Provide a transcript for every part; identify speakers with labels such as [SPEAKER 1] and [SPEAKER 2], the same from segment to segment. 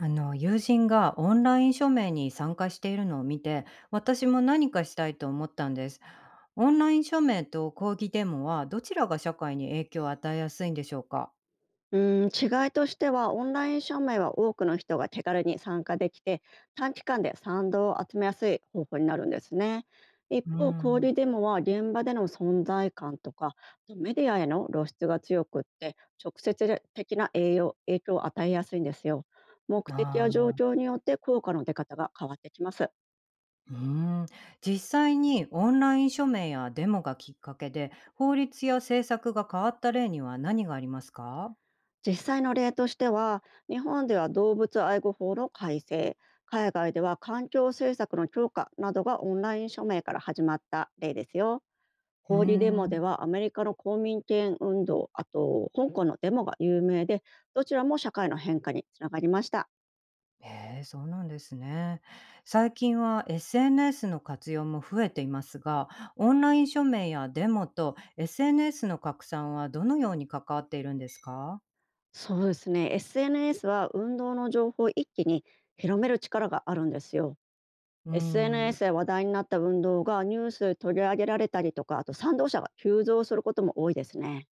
[SPEAKER 1] あの友人がオンライン署名に参加しているのを見て、私も何かしたいと思ったんです。オンライン署名と抗議デモはどちらが社会に影響を与えやすいんでしょうか？
[SPEAKER 2] うん、違いとしてはオンライン署名は多くの人が手軽に参加できて、短期間で賛同を集めやすい方法になるんですね。一
[SPEAKER 1] う
[SPEAKER 2] 方、交流
[SPEAKER 1] ん、
[SPEAKER 2] デモは現場での存在感とか、あとメディアへの露出が強くって、直接的な影響を与えやすいんですよ。目
[SPEAKER 1] あ
[SPEAKER 2] 的や状
[SPEAKER 1] ー
[SPEAKER 2] 況によって効果の出方が変わってきます。
[SPEAKER 1] うん。実際にオンライン署名やデモがきっかけで法律や政策が変わった例には何がありますか？
[SPEAKER 2] 実際の例としては、日本では動物愛護法の改正、海外では環境政策の強化などがオンライン署名から始まった例ですよ。
[SPEAKER 1] うー
[SPEAKER 2] 抗議デモで
[SPEAKER 1] ん。
[SPEAKER 2] はアメリカの公民権運動、あと香港のデモが有名で、どちらも社会の変化につながりました。
[SPEAKER 1] へえ、そうなんですね。最近は SNS の活用も増えていますが、オンライン署名やデモと SNS の拡散はどのように関わっているんですか？
[SPEAKER 2] そうですね、 SNS は運動の情報を一気に広める力があるんですよ。
[SPEAKER 1] うーん。
[SPEAKER 2] SNS で話題になった運動がニュースで取り上げられたりとか、あと賛同者が急増することも多いですね。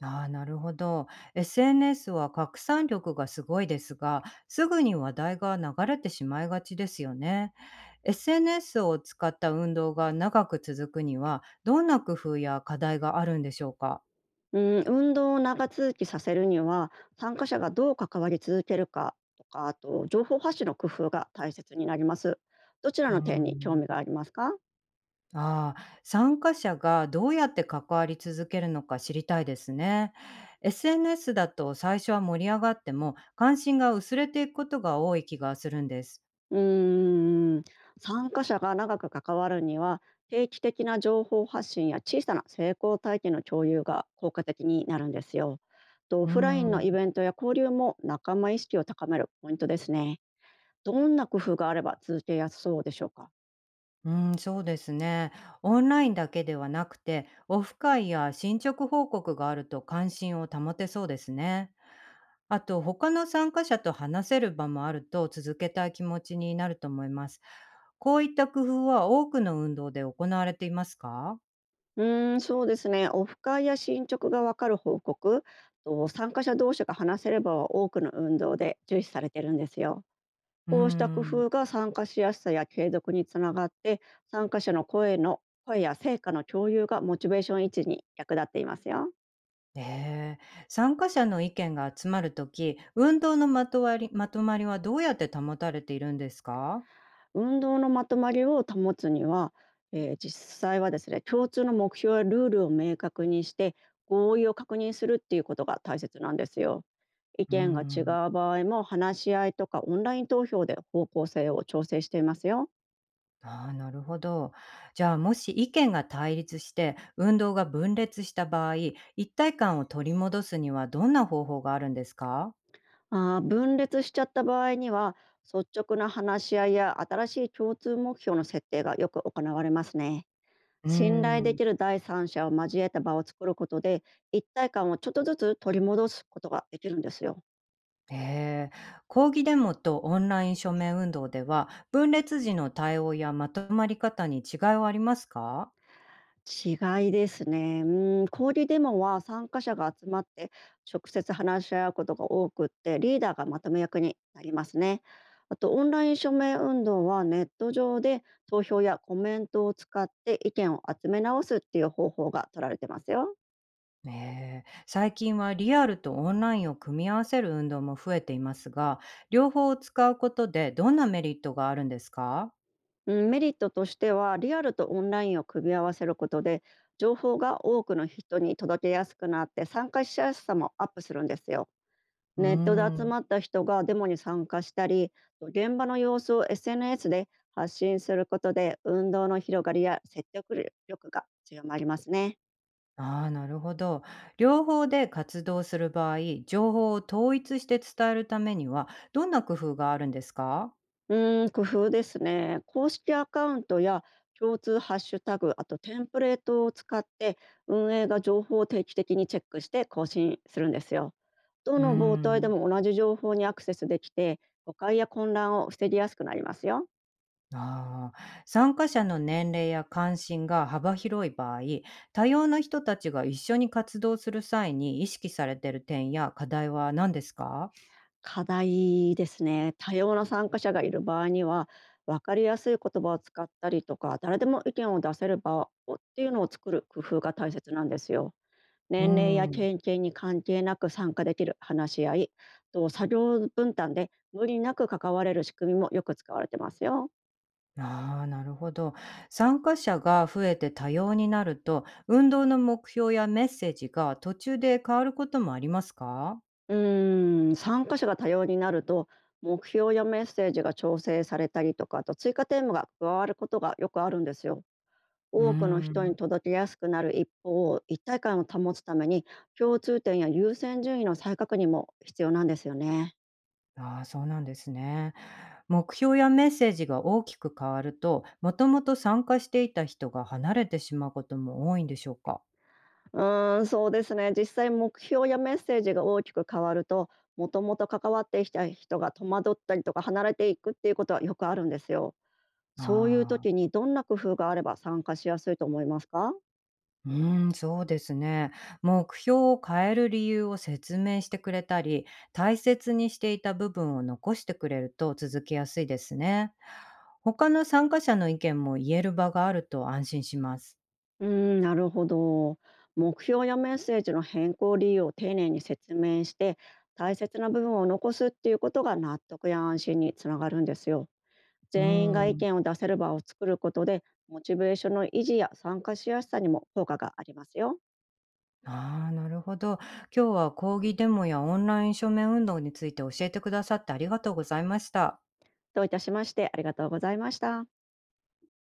[SPEAKER 1] ああ、なるほど。SNS は拡散力がすごいですが、すぐに話題が流れてしまいがちですよね。SNS を使った運動が長く続くには、どんな工夫や課題があるんでしょうか？
[SPEAKER 2] うん、運動を長続きさせるには、参加者がどう関わり続けるかとか、あと情報発信の工夫が大切になります。どちら
[SPEAKER 1] うー
[SPEAKER 2] の点に興味
[SPEAKER 1] ん。
[SPEAKER 2] がありますか？
[SPEAKER 1] ああ、参加者がどうやって関わり続けるのか知りたいですね。SNS だと最初は盛り上がっても関心が薄れていくことが多い気がするんです。
[SPEAKER 2] うーん、参加者が長く関わるには、定期的な情報発信や小さな成功体験の共有が効果的になるんですよ。とオ
[SPEAKER 1] うー
[SPEAKER 2] フラインのイ
[SPEAKER 1] ん、
[SPEAKER 2] ベントや交流も仲間意識を高めるポイントですね。どんな工夫があれば続けやすそうでしょうか？
[SPEAKER 1] うーん、そうですね。オンラインだけではなくて、オフ会や進捗報告があると関心を保てそうですね。あと、他の参加者と話せる場もあると続けたい気持ちになると思います。こういった工夫は多くの運動で行われていますか？
[SPEAKER 2] うーん、そうですね。オフ会や進捗がわかる報告と参加者同士が話せれば、多くの運動で重視されてるんですよ。
[SPEAKER 1] うー
[SPEAKER 2] こうした工
[SPEAKER 1] ん。
[SPEAKER 2] 夫が参加しやすさや継続につながって、参加者の声や成果の共有がモチベーション維持に役立っていますよ。
[SPEAKER 1] ええ。参加者の意見が集まるとき、運動のまとわりまとまりはどうやって保たれているんですか？
[SPEAKER 2] 運動のまとまりを保つには、実際はですね、共通の目標やルールを明確にして、合意を確認するっていうことが大切なんですよ。意
[SPEAKER 1] うー
[SPEAKER 2] 見が違
[SPEAKER 1] ん。
[SPEAKER 2] う場合も、話し合いとかオンライン投票で方向性を調整していますよ。
[SPEAKER 1] ああ、なるほど。じゃあ、もし意見が対立して、運動が分裂した場合、一体感を取り戻すにはどんな方法があるんですか？
[SPEAKER 2] あー、分裂しちゃった場合には、率直な話し合いや新しい共通目標の設定がよく行われますね。
[SPEAKER 1] うー
[SPEAKER 2] 信頼で
[SPEAKER 1] ん。
[SPEAKER 2] きる第三者を交えた場を作ることで、一体感をちょっとずつ取り戻すことができるんですよ。
[SPEAKER 1] ええ。抗議デモとオンライン署名運動では、分裂時の対応やまとまり方に違いはありますか？
[SPEAKER 2] 違いですね。うん、小売デモは参加者が集まって直接話し合うことが多くって、リーダーがまとめ役になりますね。あとオンライン署名運動はネット上で投票やコメントを使って意見を集め直すっていう方法が取られてますよ。
[SPEAKER 1] ねえ、最近はリアルとオンラインを組み合わせる運動も増えていますが、両方を使うことでどんなメリットがあるんですか？
[SPEAKER 2] うん、メリットとしてはリアルとオンラインを組み合わせることで、情報が多くの人に届けやすくなって、参加しやすさもアップするんですよ。
[SPEAKER 1] うー
[SPEAKER 2] ネットで集
[SPEAKER 1] ん。
[SPEAKER 2] まった人がデモに参加したり、現場の様子を SNS で発信することで、運動の広がりや説得力が強まりますね。
[SPEAKER 1] ああ、なるほど。両方で活動する場合、情報を統一して伝えるためには、どんな工夫があるんですか？
[SPEAKER 2] うーん、工夫ですね。公式アカウントや共通ハッシュタグ、あとテンプレートを使って、運営が情報を定期的にチェックして更新するんですよ。ど
[SPEAKER 1] うー
[SPEAKER 2] の媒体で
[SPEAKER 1] ん。
[SPEAKER 2] も同じ情報にアクセスできて、誤解や混乱を防ぎやすくなりますよ。
[SPEAKER 1] ああ、参加者の年齢や関心が幅広い場合、多様な人たちが一緒に活動する際に意識されている点や課題は何ですか？
[SPEAKER 2] 課題ですね。多様な参加者がいる場合には、分かりやすい言葉を使ったりとか、誰でも意見を出せる場をっていうのを作る工夫が大切なんですよ。
[SPEAKER 1] う
[SPEAKER 2] 年齢や
[SPEAKER 1] ん。
[SPEAKER 2] 経験に関係なく参加できる話し合いと作業分担で、無理なく関われる仕組みもよく使われてますよ。
[SPEAKER 1] ああ、なるほど。参加者が増えて多様になると、運動の目標やメッセージが途中で変わることもありますか？
[SPEAKER 2] うーん、参加者が多様になると、目標やメッセージが調整されたりとか、あと追加テーマが加わることがよくあるんですよ。
[SPEAKER 1] うー
[SPEAKER 2] 多くの人に
[SPEAKER 1] ん。
[SPEAKER 2] 届けやすくなる一方、一体感を保つために共通点や優先順位の再確認も必要なんですよね。
[SPEAKER 1] ああ、そうなんですね。目標やメッセージが大きく変わると、もともと参加していた人が離れてしまうことも多いんでしょうか？
[SPEAKER 2] うーん、そうですね。実際、目標やメッセージが大きく変わると、もともと関わってきた人が戸惑ったりとか離れていくっていうことはよくあるんですよ。
[SPEAKER 1] あ
[SPEAKER 2] そういう
[SPEAKER 1] あ。
[SPEAKER 2] 時にどんな工夫があれば参加しやすいと思いますか？
[SPEAKER 1] うーん、そうですね。目標を変える理由を説明してくれたり、大切にしていた部分を残してくれると続けやすいですね。他の参加者の意見も言える場があると安心します。
[SPEAKER 2] うーん、なるほど。目標やメッセージの変更理由を丁寧に説明して、大切な部分を残すっていうことが納得や安心につながるんですよ。
[SPEAKER 1] うー
[SPEAKER 2] 全員が意
[SPEAKER 1] ん。
[SPEAKER 2] 見を出せる場を作ることで、モチベーションの維持や参加しやすさにも効果がありますよ。
[SPEAKER 1] ああ、なるほど。今日は講義デモやオンライン署名運動について教えてくださってありがとうございました。
[SPEAKER 2] どういたしまして、ありがとうございました。